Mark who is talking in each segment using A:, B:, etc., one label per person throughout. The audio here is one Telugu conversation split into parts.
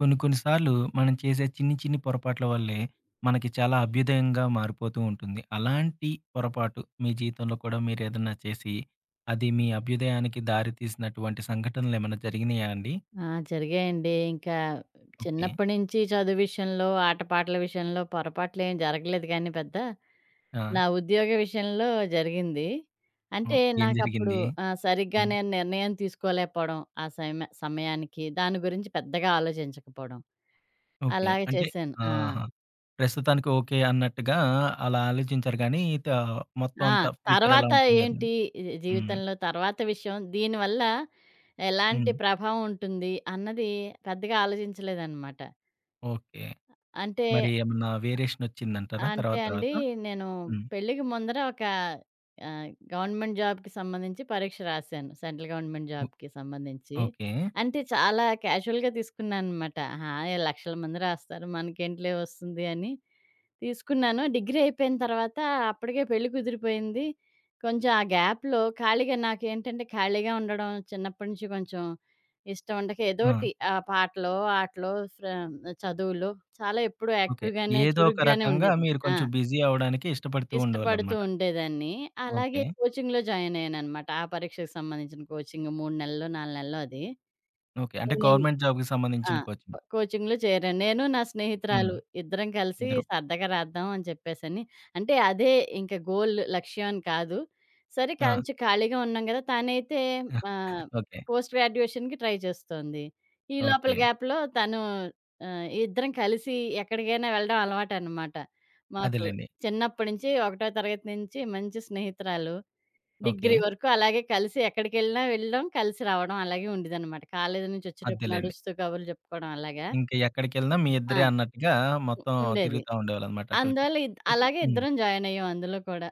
A: కొన్ని కొన్ని సార్లు మనం చేసే చిన్ని చిన్ని పొరపాట్ల వల్లే మనకి చాలా అభ్యుదయంగా మారిపోతూ ఉంటుంది. అలాంటి పొరపాటు మీ జీవితంలో కూడా మీరేదన్నా చేసి, అది మీ అభ్యుదయానికి దారి తీసినటువంటి సంఘటనలేమన్నా జరిగినాయా అండి?
B: ఆ! జరిగాయండి. ఇంకా
A: ఓకే.
B: చిన్నప్పటి నుంచి చదువు విషయంలో, ఆటపాటల విషయంలో పొరపాట్లేం జరగలేదు గానీ పెద్ద.
A: ఆ!
B: నా ఉద్యోగ విషయంలో జరిగింది. అంటే
A: ఓహ్! ఏం
B: నాకప్పుడు
A: జరిగింది?
B: సరిగ్గా
A: హ్మ్.
B: నేను నిర్ణయం తీసుకోలేకపోవడం ఆ సమయానికి. దాని గురించి పెద్దగా ఆలోచించకపోవడం.
A: ఓకే.
B: అలాగే
A: అంటే
B: చేశాను. ఆ!
A: ఆహా! ప్రస్తుతానికి ఓకే అన్నట్టుగా అలా ఆలోచించారు గానీ, మొత్తం
B: ఆ!
A: అంతా ఫ్యూచర్ ఎలా
B: తర్వాత
A: ఉంటుంది అది.
B: ఏంటి జీ
A: హ్మ్.
B: జీవితంలో తర్వాత విషయం దీనివల్ల
A: హ్మ్.
B: ఎలాంటి ప్రభావం ఉంటుంది అన్నది పెద్దగా ఆలోచించలేదనమాట.
A: ఓకే.
B: అంటే
A: మరి ఏమన్నా వేరియేషన్ వచ్చిందంటారా
B: అంటే
A: తర్వాత
B: అండి,
A: తర్వాత?
B: నేను
A: హ్మ్.
B: పెళ్ళికి ముందర ఒక గవర్నమెంట్ జాబ్‌కి సంబంధించి పరీక్ష రాశాను. సెంట్రల్ గవర్నమెంట్
A: ఓ
B: జాబ్‌కి సంబంధించి.
A: ఓకే.
B: అంటే చాలా క్యాజువల్‌గా తీసుకున్నాననమాట. ఆహా! లక్షల మంది రాస్తారు మనకేంటిలే వస్తుంది అని. తీసుకున్నాను. డిగ్రీ అయిపోయిన తర్వాత అప్పటికే పెళ్లి కుదిరిపోయింది. కొంచెం ఆ గ్యాప్‌లో ఖాళీగా నాకేంటంటే ఖాళీగా ఉండడం చిన్నప్పటి నుంచి కొంచెం ఇష్టం ఉండక
A: ఆ!
B: ఏదోటి పాటలో, ఆటలో, చదువులో చాలా ఎప్పుడూ
A: ఓకే.
B: యాక్టివ్‌గానే,
A: ఏదో ఒక
B: చురుగ్గానే
A: రకంగా
B: ఉండేదాన్ని.
A: మీరు
B: ఆ!
A: కొంచెం బిజీ అవ్వడానికి ఇష్టపడుతూ
B: ఇష్టపడుతూ
A: ఉండేవాళ్ళనమాట.
B: ఉండేదాన్ని. అలాగే
A: ఓకే.
B: కోచింగ్‌లో జాయిన్ అయ్యాననమాట. ఆ పరీక్షకు సంబంధించిన కోచింగ్ 3 నెలలో, 4 నెలలో అది.
A: ఓకే. అంటే
B: జాయిన్ అయ్యి
A: గవర్నమెంట్ జాబ్‌కి
B: ఆ!
A: సంబంధించిన కోచింగ్.
B: కోచింగ్‌లో చేరాను. నేను, నా
A: హ్మ్.
B: స్నేహితురాలు ఇద్దరం కలిసి
A: ఇద్దరు.
B: సరదాగా రాద్దాం అని చెప్పేసని. అంటే అదే ఇంక గోల్ లక్ష్యం అని కాదు. సరే
A: ఆ!
B: కొంచెం ఖాళీగా ఉన్నాం గదా! తనైతే ఆహ్,
A: ఓకే.
B: పోస్ట్ గ్రాడ్యుయేషన్‌కి ట్రై చేస్తోంది. ఈ లోపల
A: ఓకే.
B: గ్యాప్‌లో తను ఇద్దరం కలిసి ఎక్కడికైనా వెళ్ళడం అలవాటనమాట. మాకు
A: అదేలెండి.
B: చిన్నప్పటి నుంచి, ఒకటో తరగతి నుంచి మంచి స్నేహితురాలు.
A: ఓకే.
B: డిగ్రీ వరకు అలాగే కలిసి ఎక్కడికెళ్ళినా వెళ్ళడం, కలిసి రావడం అలాగే ఉండేదనమాట. కాలేజీ నుంచి వచ్చేటప్పుడు
A: అదేలెండి.
B: నడుస్తూ కబుర్లు చెప్పుకోవడం అలాగా.
A: ఇంక ఎక్కడికెళ్ళినా మీ
B: ఆ!
A: ఇద్దరే అన్నట్టుగా
B: ఉ
A: మొత్తం
B: ఉండేది.
A: తిరుగుతా ఉండేవాళ్ళనమాట అటు ఇటు.
B: అందువల్ల
A: అయితే
B: అలాగే
A: హ్మ్.
B: ఇద్దరం జాయిన్ అయ్యాం అందులో కూడా.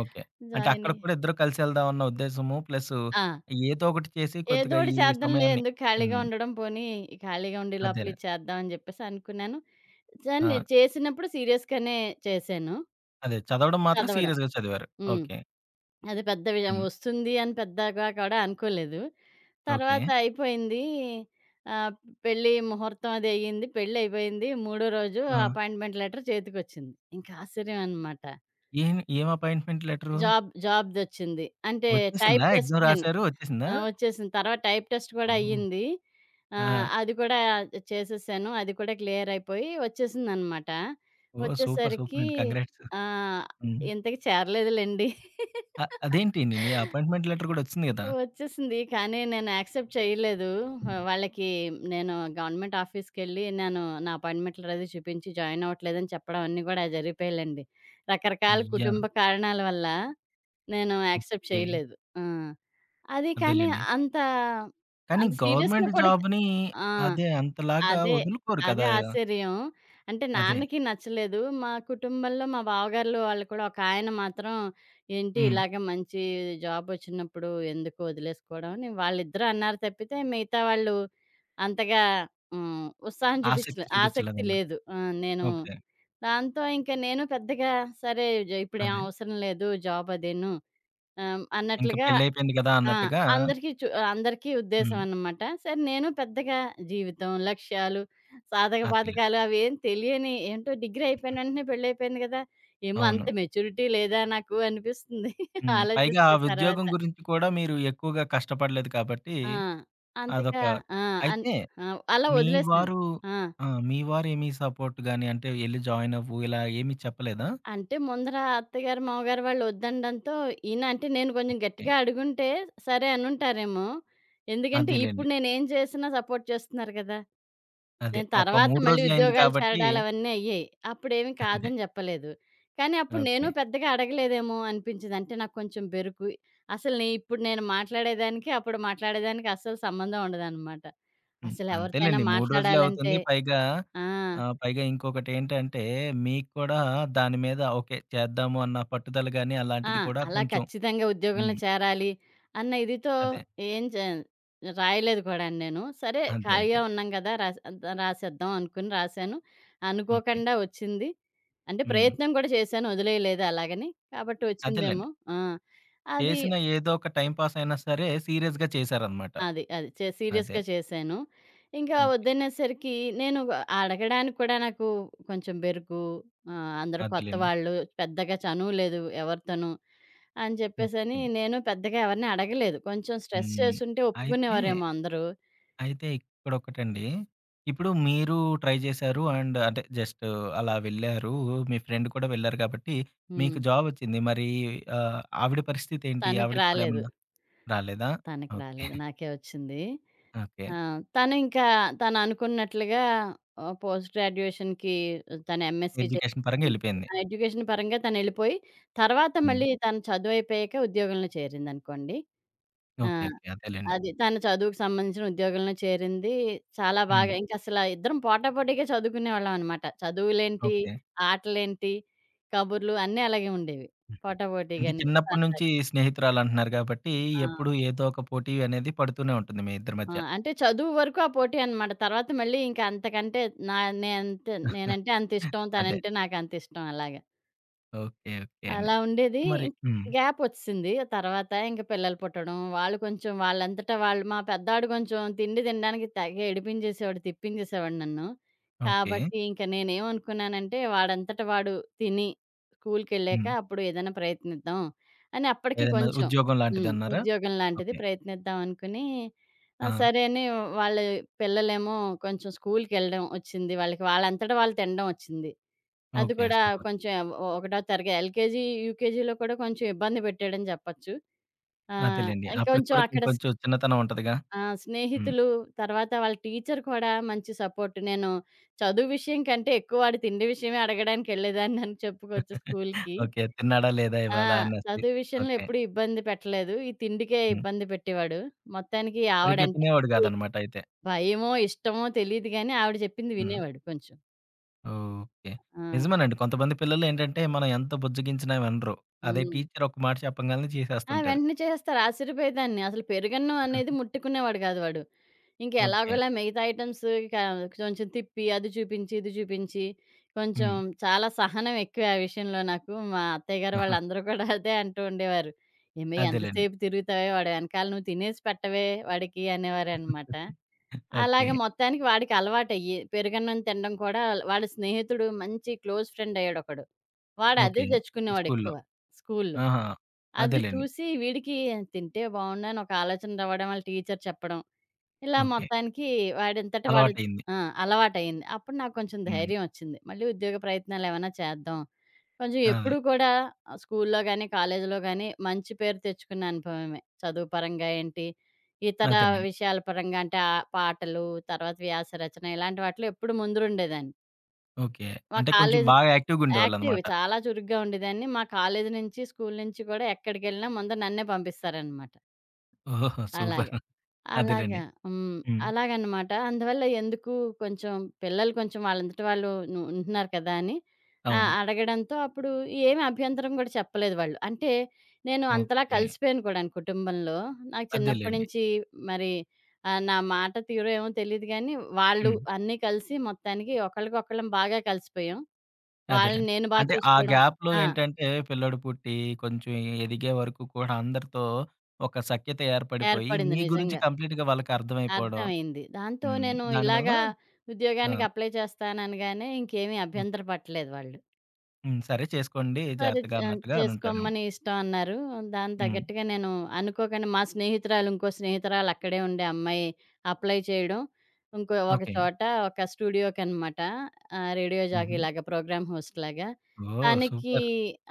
A: ఓకే. అంటే
B: జాయిన్
A: అక్కడికి
B: అయ్యి
A: కూడా ఇద్దరు కలిసి వెళ్దాం అన్న ఉద్దేశము ప్లస్
B: ఆ!
A: ఏదో ఒకటి చేసి కొద్దిగా
B: ఏదోకటి
A: ఈ
B: చేద్దాంలే
A: సమయాన్ని
B: ఎందుకు ఖాళీగా
A: హ్మ్.
B: ఉండడం, పోనీ ఈ ఖాళీగా ఉండే లోపల
A: అదేలే.
B: ఇది చేద్దాం అని చెప్పేసి అనుకున్నాను. దాన్ని
A: ఆ!
B: చేసినప్పుడు సీరియస్‌గానే చేశాను
A: అదే చదవడం మాత్రం
B: చదవడం.
A: సీరియస్‌గా చదివారు.
B: హ్మ్.
A: ఓకే.
B: అది పెద్ద విషయం.
A: హ్మ్.
B: వస్తుంది అని పెద్దగా కూడా అనుకోలేదు.
A: ఓకే.
B: తర్వాత అయిపోయింది. ఆహ్, పెళ్లి ముహూర్తం అది అయ్యింది. పెళ్లయిపోయింది. మూడో రోజు
A: ఆ!
B: అపాయింట్‌మెంట్ లెటర్ చేతికొచ్చింది. ఇంకా ఆశ్చర్యం అనమాట.
A: ఏం ఏం అపాయింట్‌మెంట్ లెటరు?
B: జాబ్‌దొచ్చింది. అంటే టైప్
A: వచ్చేసిందా? ఎగ్జామ్
B: టెస్ట్‌కని.
A: రాసారు వచ్చేసిందా?
B: ఆ! వచ్చేసింది. తర్వాత టైప్ టెస్ట్ కూడా
A: అవును.
B: అయ్యింది.
A: ఆ!
B: అది కూడా చేసేసాను. అది కూడా క్లియర్ అయిపోయి వచ్చేసిందనమాట.
A: ఓహ్! సూపర్. సూపర్
B: వచ్చేసరికి
A: అండి. కంగ్రాట్స్.
B: ఆ!
A: హ్మ్.
B: ఇంతకి చేరలేదులెండి.
A: అదేంటండి అపాయింట్‌మెంట్ లెటర్ కూడా వచ్చింది కదా!
B: వచ్చేసింది. కానీ నేను యాక్సెప్ట్ చేయలేదు. వాళ్ళకి నేను గవర్నమెంట్ ఆఫీస్‌కెళ్ళి నేను నా అపాయింట్‌మెంట్‌లు అది చూపించి జాయిన్ అవ్వట్లేదని చెప్పడం అన్నీ గూడా జరిగిపోయాయిలెండి. రకరకాల
A: యాహ్!
B: కుటుంబ కారణాల వల్ల నేను యాక్సెప్ట్
A: ఓకే.
B: చేయలేదు. ఆ! అది కానీ
A: అదేలెండి.
B: అంత,
A: కానీ
B: అంత
A: గవర్నమెంట్
B: సీరియస్‌గా కూడా
A: జాబ్‌ని
B: ఆ!
A: అదే అంతలాగా
B: అదే.
A: వదులుకోరు
B: అదే
A: కదా!
B: ఆశ్చర్యం. అంటే
A: అదే.
B: నాన్నకి నచ్చలేదు. మా కుటుంబంలో మా బావగారులు వాళ్ళు కూడా ఒకాయన మాత్రం ఏంటి
A: హ్మ్.
B: ఇలాగ మంచి జాబొచ్చినప్పుడు ఎందుకు వదిలేసుకోవడం అని వాళ్ళిద్దరూ అన్నారు తప్పితే మిగతా వాళ్ళు అంతగా హ్మ్. ఉత్సాహం
A: ఆసక్తి
B: చూపించలే. ఆసక్తి
A: చూపించలేదన్నమాట.
B: లేదు. ఆ! నేను
A: ఓకే.
B: దాంతో ఇంక నేను పెద్దగా సరే జ ఇప్పుడేం
A: అదే.
B: అవసరం లేదు జాబ్ అదీను
A: ఇంక
B: అన్నట్లుగా
A: పెళ్లయిపోయింది కదా!
B: ఆ!
A: అన్నట్టుగా
B: అందరికీ చు అందరికీ ఉద్దేశం
A: హ్మ్.
B: అన్నమాట. సరే నేను పెద్దగా జీవితం, లక్ష్యాలు, సాధక
A: అదేలే.
B: బాధకాలు అవేం తెలియని ఏంటో డిగ్రీ అయిపోయిన వెంటనే పెళ్ళైపోయింది కదా! ఏమో
A: అవును.
B: అంత మెచ్యూరిటీ లేదా నాకు అనిపిస్తుంది
A: హ్మ్. పైగా ఆ
B: ఆలోచిస్తే
A: ఉద్యోగం
B: తర్వాత.
A: గురించి కూడా మీరు ఎక్కువగా కష్టపడలేదు కాబట్టి
B: ఆ!
A: అదొక
B: అంతగా ఆ! అన్
A: అయితే
B: ఆ! అలా
A: మీ
B: వదిలేసాను.
A: వారు
B: ఆ!
A: ఆ! మీ వారేమి సపోర్ట్ గాని, అంటే ఎళ్లి జాయిన్ అవ్వు ఇలా ఏమి చెప్పలేదా?
B: అంటే ముందర అత్తగారు, మామగారు వాళ్ళు వద్దనడంతో ఈయన అంటే నేను కొంచెం
A: ఓకే.
B: గట్టిగా అడుగుంటే సరే అనుంటారేమో. ఎందుకంటే
A: అదేలెండి.
B: ఇప్పుడు నేనేం చేసినా సపోర్ట్ చేస్తున్నారు కదా!
A: అదే.
B: నేను
A: ఒక
B: తర్వాత
A: 3
B: మళ్ళీ
A: రోజులయింది
B: ఉద్యోగాలు
A: కాబట్టి
B: చేరడాలు అవన్నీ అయ్యాయి. అప్పుడేమి
A: అదే.
B: కాదని జెప్పలేదు. కానీ అప్పుడు నేను
A: ఓకే.
B: పెద్దగా అడగలేదేమో అనిపించింది. అంటే నాకు కొంచెం బెరుకు. అసలు ఇప్పుడు నేను మాట్లాడేదానికి, అప్పుడు మాట్లాడేదానికి అస్సలు సంబంధం ఉండదనమాట.
A: హ్మ్.
B: అసలెవరితోనైనా
A: అంతేలెండి. 3 రోజులే
B: మాట్లాడాలంటే
A: అవుతుంది. పైగా
B: ఆ!
A: ఆహ్, పైగా ఇంకొకటేంటంటే మీకు కూడా దాని మీద ఓకే. చేద్దాము అన్న పట్టుదల గాని
B: ఆ!
A: అలాంటిది కూడా
B: అలా
A: కొంచెం
B: ఖచ్చితంగా ఉద్యోగంలో
A: హ్మ్.
B: చేరాలి అన్న ఇదితో
A: అదే.
B: ఏం చే రాయలేదు కూడాను నేను. సరే
A: అదే. అదే.
B: ఖాళీగా ఉన్నాం కదా! రాసేద్దాం అనుకుని రాశాను.
A: ఓకే.
B: అనుకోకుండా వచ్చింది. అంటే
A: హ్మ్.
B: ప్రయత్నం కూడా చేశాను వదిలేయలేదు అలాగని. కాబట్టి
A: అదేలెండి.
B: వచ్చిందేమో. ఆ! అది
A: చేసిన ఏదో ఒక టైమ్ పాస్ అయినా సరే సీరియస్‌గా చేశారనమాట.
B: అది.
A: అదే.
B: సీరియస్‌గా చేశాను. ఇంకా
A: ఓకే.
B: వద్దనేసరికి నేను అడగడానికి కూడా నాకు కొంచెం బెరుకు, అందరూ
A: అదేలెండి.
B: కొత్తవాళ్ళు, పెద్దగా చనువు లేదు ఎవరితోనూ అని చెప్పేసని
A: ఓకే.
B: నేను పెద్దగా ఎవరిని అడగలేదు. కొంచెం స్ట్రెస్
A: హ్మ్.
B: చేసుంటే
A: అయితే,
B: ఒప్పుకునేవారేమో అందరూ.
A: అయితే ఇక్కడొకటండి. ఇప్పుడు మీరు ట్రై చేశారు అండ్ అంటే జస్ట్ అలా వెళ్లారు. మీ ఫ్రెండ్ కూడా వెళ్లారు కాబట్టి మీకు
B: హ్మ్.
A: జాబొచ్చింది. మరి ఆవిడ పరిస్థితేంటి?
B: తనకి
A: ఆవిడకి కూడా
B: రాలేదు.
A: ఏమన్నా రాలేదా?
B: తనకి
A: ఓకే.
B: రాలేదు. నాకే వచ్చింది.
A: ఓకే.
B: ఆ! తను ఇంకా తననుకున్నట్లుగా పోస్ట్ గ్రాడ్యుయేషన్‌కి తను ఎంఎస్సీ చేసి
A: ఎడ్యుకేషన్ పరంగా
B: వెళ్ళిపోయి,
A: ఎళ్ళిపోయింది.
B: ఆ ఎడ్యుకేషన్ పరంగా తనెళ్ళిపోయి, తర్వాత
A: హ్మ్.
B: మళ్ళీ తను చదువయిపోయాక ఉద్యోగంలో చేరిందనుకోండి. ఆ!
A: ఓకే. ఓకే. అదేలెండి.
B: అది తన చదువుకు సంబంధించిన ఉద్యోగంలో చేరింది. చాలా
A: హ్మ్.
B: బాగా ఇంకసల ఇద్దరం పోటాపోటీగా చదువుకునేవాళ్ళమనమాట. చదువులేంటి,
A: ఓకే.
B: ఆటలేంటి, కబుర్లు అన్నీ అలాగే ఉండేవి.
A: అంటే
B: పోటాపోటీగానే
A: చిన్నప్పటి
B: సరదాగా.
A: నుంచి స్నేహితురాలంటున్నారు కాబట్టి
B: ఆ!
A: ఎప్పుడు ఏదో ఒక పోటీ అనేది పడుతూనే ఉంటుంది మీ ఇద్దరి
B: ఆ!
A: మధ్య.
B: అంటే చదువు వరకు ఆ పోటీ అనమాట. తర్వాత మళ్ళీ ఇంకా అంతకంటే నా నేనంటే నేనంటే అంతిష్టం.
A: అదే.
B: తనంటే నాకంతిష్టం అలాగ.
A: ఓకే. ఓకే అండి.
B: అలా ఉండేది.
A: మరి హ్మ్.
B: గ్యాపొచ్చేసింది. తర్వాత ఇంక పిల్లలు పుట్టడం, వాళ్ళు కొంచెం వాళ్ళంతట వాళ్ళు మా పెద్దాడు కొంచెం తిండి తినడానికి తెగ ఏడిపించేసేవాడు, తిప్పించేసేవాడు నన్ను.
A: ఓకే.
B: కాబట్టి ఇంక నేనేమనుకున్నానంటే, వాడంతట వాడు తిని స్కూల్‌కెళ్ళాక
A: హ్మ్.
B: అప్పుడు ఏదైనా ప్రయత్నిద్దాం అని అప్పటికి
A: ఏదన్నా
B: కొంచెం
A: ఉద్యోగం
B: హ్మ్.
A: లాంటిదన్నారా?
B: ఉద్యోగం లాంటిది
A: ఓకే.
B: ప్రయత్నిద్దాం అనుకుని
A: ఆ!
B: సరే అని వాళ్ళ పిల్లలేమో కొంచెం స్కూల్‌కెళ్ళడం ఒచ్చింది. వాళ్ళకి వాళ్ళంతట వాళ్ళు తినడం ఒచ్చింది. అది
A: ఓకే.
B: కూడా
A: సూపర్.
B: కొంచెం ఒ ఒకటో తరగ ఎల్‌కేజీ, యూకేజీలో కూడా కొంచెం ఇబ్బంది పెట్టాడని చెప్పొచ్చు.
A: అదేలెండి. అప్పటికి
B: ఇంకొంచెం
A: కూడా
B: అక్కడ
A: ఇంకొంచెం చిన్నతనం ఉంటదిగా.
B: ఆ!
A: హ్మ్.
B: స్నేహితులు, తర్వాత వాళ్ళ టీచర్ కూడా మంచి సపోర్ట్. నేను చదువు విషయం కంటే ఎక్కువ వాడి తిండి విషయమే అడగడానికెళ్ళేదాన్నని చెప్పుకోవచ్చు స్కూల్‌కి.
A: ఓకే. తిన్నాడా లేదా
B: ఆ!
A: ఇవాళ అనేసి.
B: చదువు విషయంలో
A: ఓకే.
B: ఎప్పుడూ ఇబ్బంది పెట్టలేదు. ఈ తిండికే
A: హ్మ్.
B: ఇబ్బంది పెట్టేవాడు. మొత్తానికి
A: సరిగ్గా
B: ఆవిడంటే
A: తినేవాడు కాదనమాట అయితే.
B: భయమో, ఇష్టమో తెలీదు గానీ ఆవిడ చెప్పింది
A: హ్మ్.
B: వినేవాడు కొంచెం.
A: ఓకే.
B: ఆ!
A: నిజమేనండి. కొంతమంది పిల్లలేంటంటే, మనం ఎంత బుజ్జగించినా వినరు. అదే
B: హ్మ్.
A: టీచర్ ఒక మాట చెప్పంగాల్నే
B: ఆ!
A: చేసేస్తుంటారు.
B: వెంటనే చేసేస్తారు. ఆశ్చర్యపోయేదాన్ని. అసలు పెరుగన్నం అనేది ముట్టుకునేవాడు కాదు వాడు. ఇంక
A: ఓకే.
B: ఎలాగోలా మిగతా ఐటెమ్స్ క కొంచెం తిప్పి, అది చూపించి, ఇది చూపించి, కొంచెం
A: హ్మ్.
B: చాలా సహనం ఎక్కువే ఆ విషయంలో నాకు. మా అత్తయ్య గారు వాళ్ళందరూ కూడా అదే అంటూ ఉండేవారు. "ఏమే
A: అదేలెండి.
B: ఎంతసేపు తిరుగుతావే, వాడి వెనకాల నువ్వు తినేసి పెట్టవే వాడికి" అనేవారనమాట.
A: ఓకే.
B: అలాగే మొత్తానికి వాడికి అలవాటయ్యి పెరుగన్నం తినడం కూడా వాడి స్నేహితుడు మంచి క్లోజ్ ఫ్రెండ్ అయ్యాడొకడు. వాడు అదే
A: ఓకే.
B: తెచ్చుకునేవాడు
A: స్కూల్‌లో.
B: ఎక్కువ స్కూల్‌లో.
A: ఆహా!
B: అది
A: అదేలెండి.
B: చూసి వీడికి తింటే బావుండు అని ఒక ఆలోచన రావడం, వాళ్ళ టీచర్ చెప్పడం. ఇలా
A: ఓకే.
B: మొత్తానికి వాడంతట వాడు
A: అలవాటయింది.
B: ఆ! అలవాటయింది. అప్పుడు నాకు కొంచెం
A: హ్మ్.
B: ధైర్యం వచ్చింది. మళ్ళీ ఉద్యోగ ప్రయత్నాలేవన్నా చేద్దాం. కొంచెం
A: అదే.
B: ఎప్పుడూ కూడా స్కూల్లో గానీ, కాలేజీలో గానీ మంచి పేరు తెచ్చుకున్న అనుభవమే. చదువు పరంగా ఏంటి, ఇతర
A: అదేనండి.
B: విషయాల పరంగా అంటే పాటలు, తర్వాత వ్యాస రచన ఇలాంటి వాటిలో ఎప్పుడు ముందుండేదాన్ని.
A: ఓకే.
B: మా
A: అంటే కొంచెం
B: కాలేజ్
A: బాగా
B: యాక్టివ్.
A: యాక్టివ్‌గుండేవాళ్ళనమాట.
B: చాలా చురుగ్గా ఉండేదాన్ని. మా కాలేజీ నుంచి, స్కూలు నుంచి కూడా ఎక్కడికెళ్ళినా ముందు నన్నే పంపిస్తారనమాట.
A: ఓహో!
B: అలాగ.
A: సూపర్.
B: అలాగా
A: అదేలెండి.
B: హ్మ్.
A: హ్మ్.
B: అలాగనమాట. అందువల్ల ఎందుకు కొంచెం పిల్లలు కొంచెం వాళ్ళంతట వాళ్ళు ఉంటున్నారు కదా! అని
A: అవును.
B: అడగడంతో అప్పుడు ఏమి అభ్యంతరం కూడా చెప్పలేదు వాళ్ళు. అంటే నేను అంతలా
A: ఓకే.
B: కలిసిపోయాను కూడాను కుటుంబంలో. నాకు చిన్నప్పటి
A: అదేలెండి.
B: నుంచి మరి నా మాట తీరో ఏమో తెలీదు గానీ, వాళ్ళు
A: హ్మ్.
B: అన్నీ కలిసి మొత్తానికి ఒకళ్ళకొకళ్ళం బాగా కలిసిపోయాం. వాళ్ళని
A: అదేలెండి.
B: నేను బా
A: అంటే ఆ
B: చూసుకోవడం.
A: గ్యాప్‌లో
B: ఆ!
A: ఏంటంటే పిల్లోడు పుట్టి కొంచెం ఎదిగే వరకు కూడా అందరితో ఒక సఖ్యత ఏర్పడిపోయి
B: ఏర్పడింది
A: మీ గురించి
B: నిజంగా.
A: కంప్లీట్‌గా వాళ్ళకి అర్థమైపోవడం.
B: అర్థమైంది. దాంతో
A: హ్మ్.
B: నేను
A: దానివలన
B: ఇలాగా
A: ఆ!
B: ఉద్యోగానికి అప్లై చేస్తాననగానే ఇంకేమీ
A: ఓకే.
B: అభ్యంతర పడలేదు వాళ్ళు.
A: హ్మ్. సరే చేసుకోండి
B: సరే చే
A: జాగ్రత్తగా
B: ఆ!
A: అన్నట్టుగా అనుంటారేమో.
B: చేసుకోమని ఇష్టం అన్నారు. దానికి
A: హ్మ్.
B: తగ్గట్టుగా నేను అనుకోకుండా మా స్నేహితురాలు, ఇంకో స్నేహితురాలు అక్కడే ఉండే అమ్మాయి అప్లై చేయడం. ఇంకో ఒక
A: ఓకే.
B: చోట ఒక స్టూడియోకనమాట. రేడియో
A: హుహు.
B: జాకీలాగా, ప్రోగ్రామ్ హోస్ట్‌లాగా.
A: ఓహ్!
B: తనకి
A: సూపర్.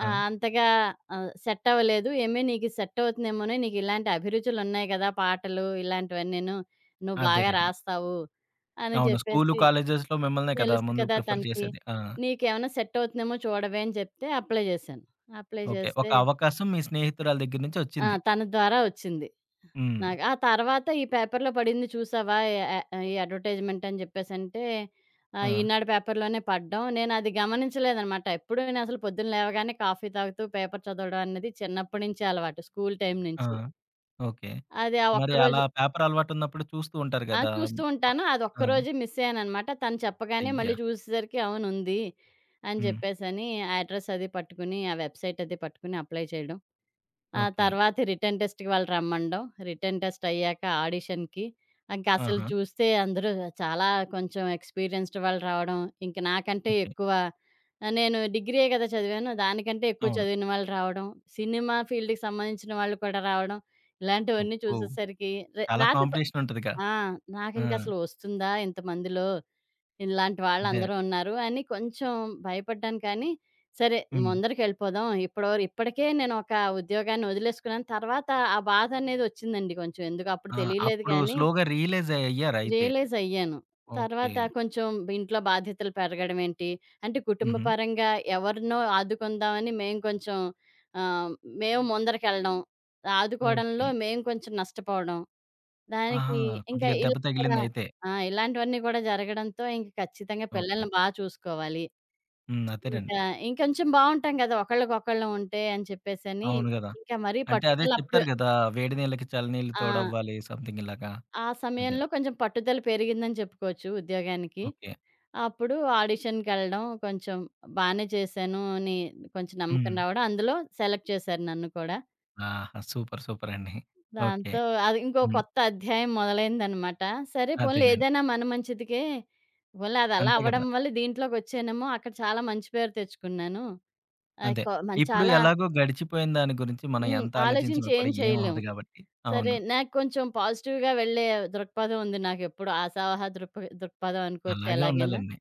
A: ఆ!
B: అంతగా సెట్ అవ్వలేదు. "ఏమే నీకు ఇది సెట్ అవుతుందేమోనే. నీకు ఇలాంటి అభిరుచులున్నాయి కదా! పాటలు ఇలాంటివన్నీను. నువ్వు బాగా
A: అదేలెండి.
B: రాస్తావు" అని
A: అవును. స్కూలు,
B: చెప్పేసి
A: కాలేజెస్‌లో మిమ్మల్నే కదా!
B: తెలుసు
A: ముందు
B: కదా
A: ప్రిఫర్
B: తనకి.
A: చేసేది. ఆ!
B: "నీకేమైనా సెట్ అవుతుందేమో చూడవే" అని చెప్తే అప్లై చేశాను. Apply
A: okay. ఒక
B: చేస్తే
A: అవకాశం మీ స్నేహితురాల దగ్గర నుంచి
B: ఆ!
A: వచ్చింది.
B: తన ద్వారా వచ్చింది.
A: హ్మ్.
B: నాకు ఆ తర్వాత ఈ పేపర్‌లో పడింది చూసావా? ఎ ఎ ఈ అడ్వర్టైజ్‌మెంట్ అని చెప్పేసంటే
A: ఆ!
B: ఈనాడు పేపర్‌లోనే పడ్డం. నేనది గమనించలేదనమాట. ఎప్పుడూ నేనసలు పొద్దున్న లేవగానే కాఫీ తాగుతూ పేపర్ చదవడం అనేది చిన్నప్పటి నుంచి అలవాటు. స్కూల్ టైమ్
A: ఆ!
B: నుంచి.
A: ఓకే.
B: అది ఆ
A: మరి అలా
B: ఒక్కరోజు
A: పేపర్ అలవాటున్నప్పుడు చూస్తూ ఉంటారు
B: ఆ!
A: గదా! మ
B: చూస్తూ ఉంటాను.
A: ఆ!
B: అదొక్కరోజే మిస్ అయ్యాననమాట. తను చెప్పగానే మళ్ళీ
A: అయ్యా!
B: చూసేసరికి అవును ఉంది అని
A: హ్మ్.
B: చెప్పేసని ఆ అడ్రెస్ అది పట్టుకుని, ఆ వెబ్‌సైట్ అది పట్టుకుని అప్లై చేయడం. ఆ
A: ఓకే.
B: తర్వాత రిటర్న్ టెస్ట్‌కి వాళ్ళు రమ్మనడం. రిటర్న్ టెస్ట్ అయ్యాక ఆడిషన్‌కి ఇంక అసలు
A: ఆహా!
B: చూస్తే అందరూ చాలా కొంచెం ఎక్స్‌పీరియన్స్‌డ్ వాళ్ళు రావడం. ఇంక నాకంటే
A: ఓకే.
B: ఎక్కువ నేను డిగ్రీయే కదా చదివాను. దానికంటే ఎక్కువ
A: అవును.
B: చదివిన వాళ్ళు రావడం. సినిమా ఫీల్డ్‌కి సంబంధించిన వాళ్ళు కూడా రావడం. ఇలాంటివన్నీ
A: అబ్బో!
B: చూసేసరికి రె
A: చాలా
B: రాతి ప
A: కాంపిటీషన్ ఉంటదిగా.
B: ఆ!
A: ఆ!
B: నాకింకసలు ఒస్తుందా ఇంతమందిలో, ఇలాంటి
A: అదే.
B: వాళ్ళందరూ ఉన్నారు అని కొంచెం భయపడ్డాను కానీ, సరే
A: హ్మ్.
B: ముందరికెళ్ళిపోదాం. ఇప్పటికే నేనొక ఉద్యోగాన్ని వదిలేసుకున్నాను. తర్వాత ఆ బాధనేదొచ్చిందండి కొంచెం. ఎందుకప్పుడు
A: ఆ!
B: తెలియలేదు
A: అప్పుడు
B: కానీ
A: స్లోగా రియలైజ్ అయ్యారయితే.
B: రియలైజ్ అయ్యాను.
A: ఓకే.
B: తర్వాత కొంచెం ఇంట్లో బాధ్యతలు పెరగడం ఏంటి, అంటే కుటుంబ
A: హుహు.
B: పరంగా ఎవరినో ఆదుకుందామని మేము కొంచెం ఆహ్, మేము ముందరకెళ్ళడం. ఆదుకోవడంలో
A: ఓకే.
B: మేము కొంచెం నష్టపోవడం.
A: ఆహా!
B: దానికి ఇంకా
A: కొద్దిగా దెబ్బ
B: ఇలా కూడా
A: తగిలిందయితే.
B: ఆ! ఇలాంటివన్నీ కూడా జరగడంతో ఇంక ఖచ్చితంగా
A: ఓకే.
B: పిల్లల్ని బా చూసుకోవాలి.
A: హ్మ్. అదేనండి.
B: ఇంకా ఇంకొంచెం బావుంటాం కదా! ఒకళ్ళకొకళ్ళం ఉంటే అని చెప్పేసని
A: అవును గదా!
B: ఇంకా మరీ
A: అంటే అదే
B: పట్టుదల అప్పుడు
A: చెప్తారు గదా! వేడి నీళ్ళకి చల్ల నీళ్ళు
B: ఆ!
A: తోడవ్వాలి సంథింగ్ ఇలాగా.
B: ఆ
A: అదే.
B: సమయంలో కొంచెం పట్టుదల పెరిగిందని చెప్పుకోవచ్చు ఉద్యోగానికి.
A: ఓకే.
B: అప్పుడు ఆడిషన్‌కెళ్ళడం కొంచెం బానే చేశాను అని కొంచెం నమ్మకం
A: హ్మ్.
B: రావడం. అందులో సెలెక్ట్ చేశారు నన్ను కూడా.
A: ఆహా! సూపర్. సూపర్ అండి. ఓకే.
B: దాంతో అది ఇంకో
A: హ్మ్.
B: కొత్త అధ్యాయం మొదలైందనమాట. సరే పోన్లే
A: అదేనండి.
B: ఏదైనా మన మంచిదికే. పోన్లే అది అలా
A: అంతే గదా!
B: అవ్వడం వల్ల దీంట్లోకొచ్చానేమో అక్కడ చాలా మంచి పేరు తెచ్చుకున్నాను. ఆహ్,
A: అదే.
B: కొ మన
A: ఇప్పుడు
B: చాలా
A: ఎలాగో గడిచిపోయిన దాని గురించి మనం
B: హ్మ్.
A: ఎంత ఆలోచించినా
B: ఆలోచించి
A: కూడా
B: ఏం
A: ఏం
B: చేయలేం.
A: అవ్వదు గాబట్టి.
B: సరే
A: అవును.
B: నాకు కొంచెం పాజిటివ్‌గా వెళ్ళే దృక్పథం ఉంది నాకెప్పుడు. ఆశావహ దృక్పథం అనుకోవచ్చు
A: అలాగే
B: ఎలాగైనా.
A: ఉండాలండి.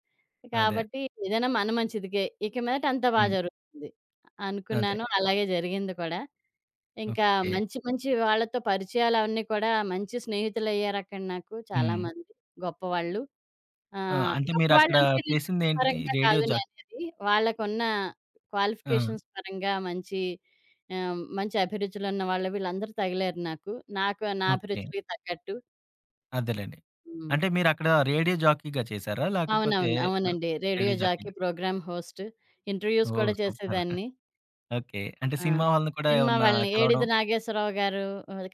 A: అదే.
B: కాబట్టి ఏదైనా మన మంచిదికే. ఇక మీదట అంతా బా
A: హ్మ్.
B: జరుగుతుంది.
A: అదే.
B: అనుకున్నాను. అలాగే జరిగింది కూడా. ఇంకా
A: ఓకే.
B: మంచి మంచి వాళ్ళతో పరిచయాలవన్నీ కూడా మంచి స్నేహితులయ్యారక్కడ నాకు
A: హ్మ్.
B: చాలామంది గొప్పవాళ్ళు.
A: ఆ! అంటే మీరక్కడ
B: గొప్పవాళ్ళంటే నేను డబ్బు
A: చేసిందేంటిది?
B: పరంగా
A: రేడియో
B: కాదు
A: జాకీ.
B: నేననేది. వాళ్ళకున్న
A: ఆ!
B: క్వాలిఫికేషన్స్ పరంగా మంచి మంచి అభిరుచులున్న వాళ్ళు వీళ్ళందరూ తగిలారు నాకు. నాకు నా
A: ఓకే.
B: అభిరుచులకి తగ్గట్టు.
A: అదేలెండి.
B: హ్మ్.
A: అంటే మీరక్కడ రేడియో జాకీగా చేసారా? లేకపోతే
B: అవునవును.
A: న
B: అవునండి. రేడియో
A: రేడియో
B: జాకీ,
A: జాకీగా.
B: Programme host, interviews
A: oh!
B: కూడా
A: సూపర్.
B: చేసేదాన్ని.
A: ఓకే. అంటే
B: ఆ!
A: సినిమా వాళ్ళని కూడా
B: సినిమా
A: ఏమన్నా
B: వాళ్ళని
A: కలవడం
B: 'ఏడిది నాగేశ్వరరావు' గారు,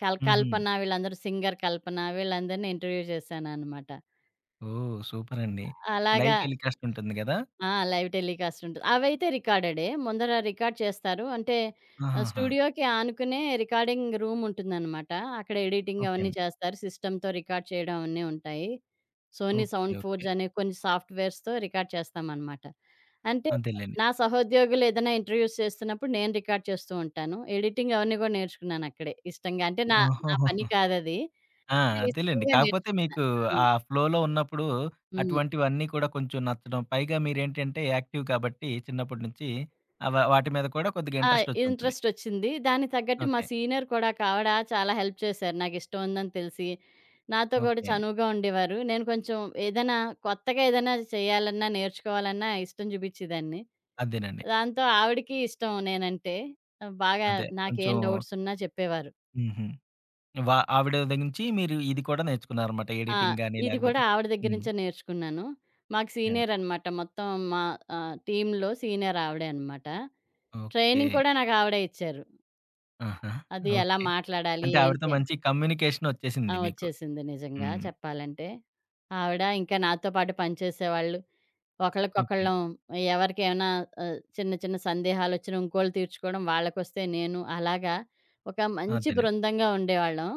A: హుహు.
B: కల్పన వీళ్ళందరూ సింగర్ కల్పన వీళ్ళందరిని ఇంటర్వ్యూ చేశాననమాట.
A: ఓహ్! సూపరండి. లైవ్
B: అలాగా
A: టెలికాస్ట్ ఉంటుంది గదా!
B: ఆ! లైవ్ టెలికాస్ట్ ఉంటది. అవైతే రికార్డెడే. ముందర రికార్డ్ చేస్తారు. అంటే
A: ఆహాహా!
B: స్టూడియోకి ఆనుకునే రికార్డింగ్ రూమ్ ఉంటుందనమాట. అక్కడ ఎడిటింగ్
A: ఓకే
B: అవన్నీ
A: అండి.
B: చేస్తారు. సిస్టమ్‌తో రికార్డ్ చేయడం అవన్నీ ఉంటాయి. Sony
A: okay.
B: Sound
A: okay.
B: Forge అనే కొన్ని సాఫ్ట్‌వేర్స్‌తో రికార్డ్ చేస్తామనమాట. అంటే
A: అంతేలెండి.
B: నా సహోద్యోగులు ఏదైనా ఇంటర్‌వ్యూస్ చేస్తున్నప్పుడు నేను రికార్డ్ చేస్తూ ఉంటాను. ఎడిటింగ్ అవన్నీ కూడా నేర్చుకున్నానక్కడే ఇష్టంగా. అంటే నా నా
A: ఓహోహోహో!
B: పని కాదది.
A: ఆ!
B: నేను
A: అదేలెండి.
B: ఇష్టంగా
A: కాకపోతే
B: నేర్చుకున్నా.
A: మీకు
B: హ్మ్.
A: ఆ ఫ్లోలో ఉన్నప్పుడు
B: హ్మ్.
A: అటువంటివన్నీ కూడా కొంచెం నచ్చడం, పైగా మీరేంటంటే యాక్టివ్ కాబట్టి చిన్నప్పటి నుంచి వాటి మీద కూడా కొద్దిగా
B: ఆ!
A: ఇంట్రెస్ట్ వచ్చుంటది.
B: ఇంట్రెస్టొచ్చింది. దానికి తగ్గట్టు మా
A: ఓకే.
B: సీనియర్ కూడా ఒక ఆవిడ చాలా హెల్ప్ చేశారు నాకిష్టం ఉందని తెలిసి. నాతో గూడా
A: ఓకే.
B: చనువుగా ఉండేవారు. నేను కొంచెం ఏదైనా కొత్తగా ఏదైనా చేయాలన్నా, నేర్చుకోవాలన్నా ఇష్టం చూపిచ్చేదాన్ని.
A: అదేనండి.
B: దాంతో ఆవిడకి ఇష్టం నేనంటే. ఆహ్, బాగా
A: అదే. కొంచెం
B: నాకేం డౌట్స్ ఉన్నా చెప్పేవారు.
A: హుహు. ఆవిడ దగ్గర నుంచి మీరు ఇది కూడా నేర్చుకున్నారన్నమాట.
B: ఆ!
A: ఎడిటింగ్ గాని
B: ఇది కూడా
A: లేకపోతే
B: ఆవిడ దగ్గర
A: హ్మ్.
B: నుంచే నేర్చుకున్నాను. మాకు
A: యాహ్!
B: సీనియర్ అనమాట. మొత్తం మా టీమ్‌లో సీనియర్ ఆవిడే అనమాట.
A: ఓకే.
B: ట్రైనింగ్ కూడా నాకు ఆవిడే ఇచ్చారు.
A: ఆహా!
B: అది ఎలా
A: ఓకే.
B: మాట్లాడాలి?
A: అంటే
B: ఏంటి
A: ఆవిడతో
B: అని.
A: మంచి కమ్యూనికేషన్
B: ఆ!
A: ఒచ్చేసింది మీకు.
B: వచ్చేసింది నిజంగా
A: హ్మ్.
B: చెప్పాలంటే. ఆవిడ ఇంకా నాతో పాటు పనిచేసేవాళ్ళు.
A: ఓకే.
B: ఒకళ్ళకొకళ్ళం ఎవరికేమైనా చిన్న చిన్న సందేహాలొచ్చినా ఇంకోళ్ళు తీర్చుకోవడం, వాళ్ళకొస్తే నేను అలాగా ఒక మంచి
A: అదేనండి.
B: బృందంగా ఉండేవాళ్ళం.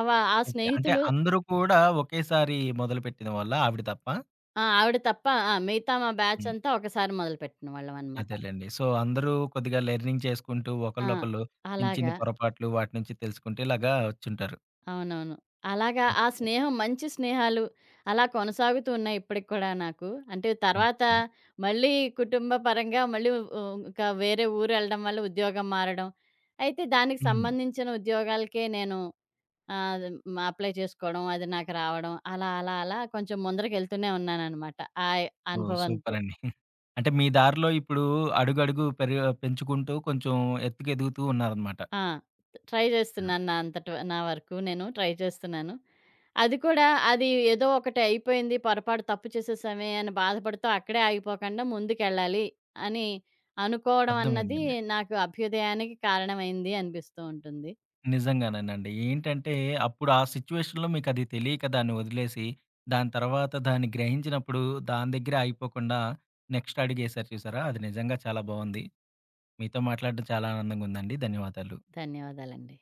B: అవ ఆ
A: ఓకే. అంటే
B: స్నేహితులు
A: అందరూ కూడా ఒకేసారి మొదలుపెట్టిన వాళ్ళ ఆవిడ తప్ప?
B: ఆ! ఆవిడ తప్ప ఆ! మిగతా మా బ్యాచ్
A: హ్మ్.
B: అంతా ఒకసారి మొదలుపెట్టిన వాళ్ళమనమాట.
A: అదేలెండి. సో, అందరూ కొద్దిగా లెర్నింగ్ చేసుకుంటూ
B: ఆ!
A: ఒకళ్ళొకళ్ళు చిన్న చిన్న
B: అలాగా.
A: పొరపాట్లు వాటి నుంచి తెలుసుకుంటూ ఇలాగా వచ్చుంటారు.
B: అవునవును. అలాగా ఆ
A: ఓకే.
B: స్నేహం మంచి స్నేహాలు అలా కొనసాగుతూ ఉన్నాయి ఇప్పటికి కూడా నాకు. అంటే తర్వాత
A: ఓకే.
B: మళ్ళీ కుటుంబ పరంగా మళ్ళీ ఇంకా వేరే ఊరెళ్ళడం వల్ల ఉద్యోగం మారడం. అయితే దానికి
A: హ్మ్.
B: సంబంధించిన ఉద్యోగాలకే నేను అది అప్లై చేసుకోవడం, అది నాకు రావడం అలా, అలా, అలా కొంచెం ముందరకెళ్తూనే ఉన్నాననమాట. ఆ ఎ
A: ఓహ్!
B: అనుభవంతో.
A: సూపరండి. అంటే మీ దారిలో ఇప్పుడు అడుగడుగు పెరుగు పెంచుకుంటూ కొంచెం ఎత్తుకు ఎదుగుతూ ఉన్నారనమాట.
B: ఆ! ట్రై
A: హ్మ్.
B: జేస్తున్నాను. నా అంతట నా వరకు నేను ట్రై చేస్తున్నాను. అది కూడా అది ఏదో ఒకటి అయిపోయింది, పొరపాటు తప్పు చేసేసామే అని బాధపడుతూ అక్కడే ఆగిపోకుండా ముందుకెళ్ళాలి అని అనుకోవడం అన్నది
A: అర్థమైందండి.
B: నాకు అభ్యుదయానికి కారణమైంది అనిపిస్తూ ఉంటుంది.
A: నిజంగానేనండి. ఏంటంటే అప్పుడు ఆ సిట్యుయేషన్‌లో మీకది తెలియక దాన్ని వదిలేసి, దాని తర్వాత దాన్ని గ్రహించినప్పుడు దాని దగ్గరే ఆగిపోకుండా నెక్స్ట్ అడుగేశారు చూసారా? అది నిజంగా చాలా బావుంది. మీతో మాట్లాడడం చాలా ఆనందంగా ఉందండి. ధన్యవాదాలు.
B: ధన్యవాదాలండి.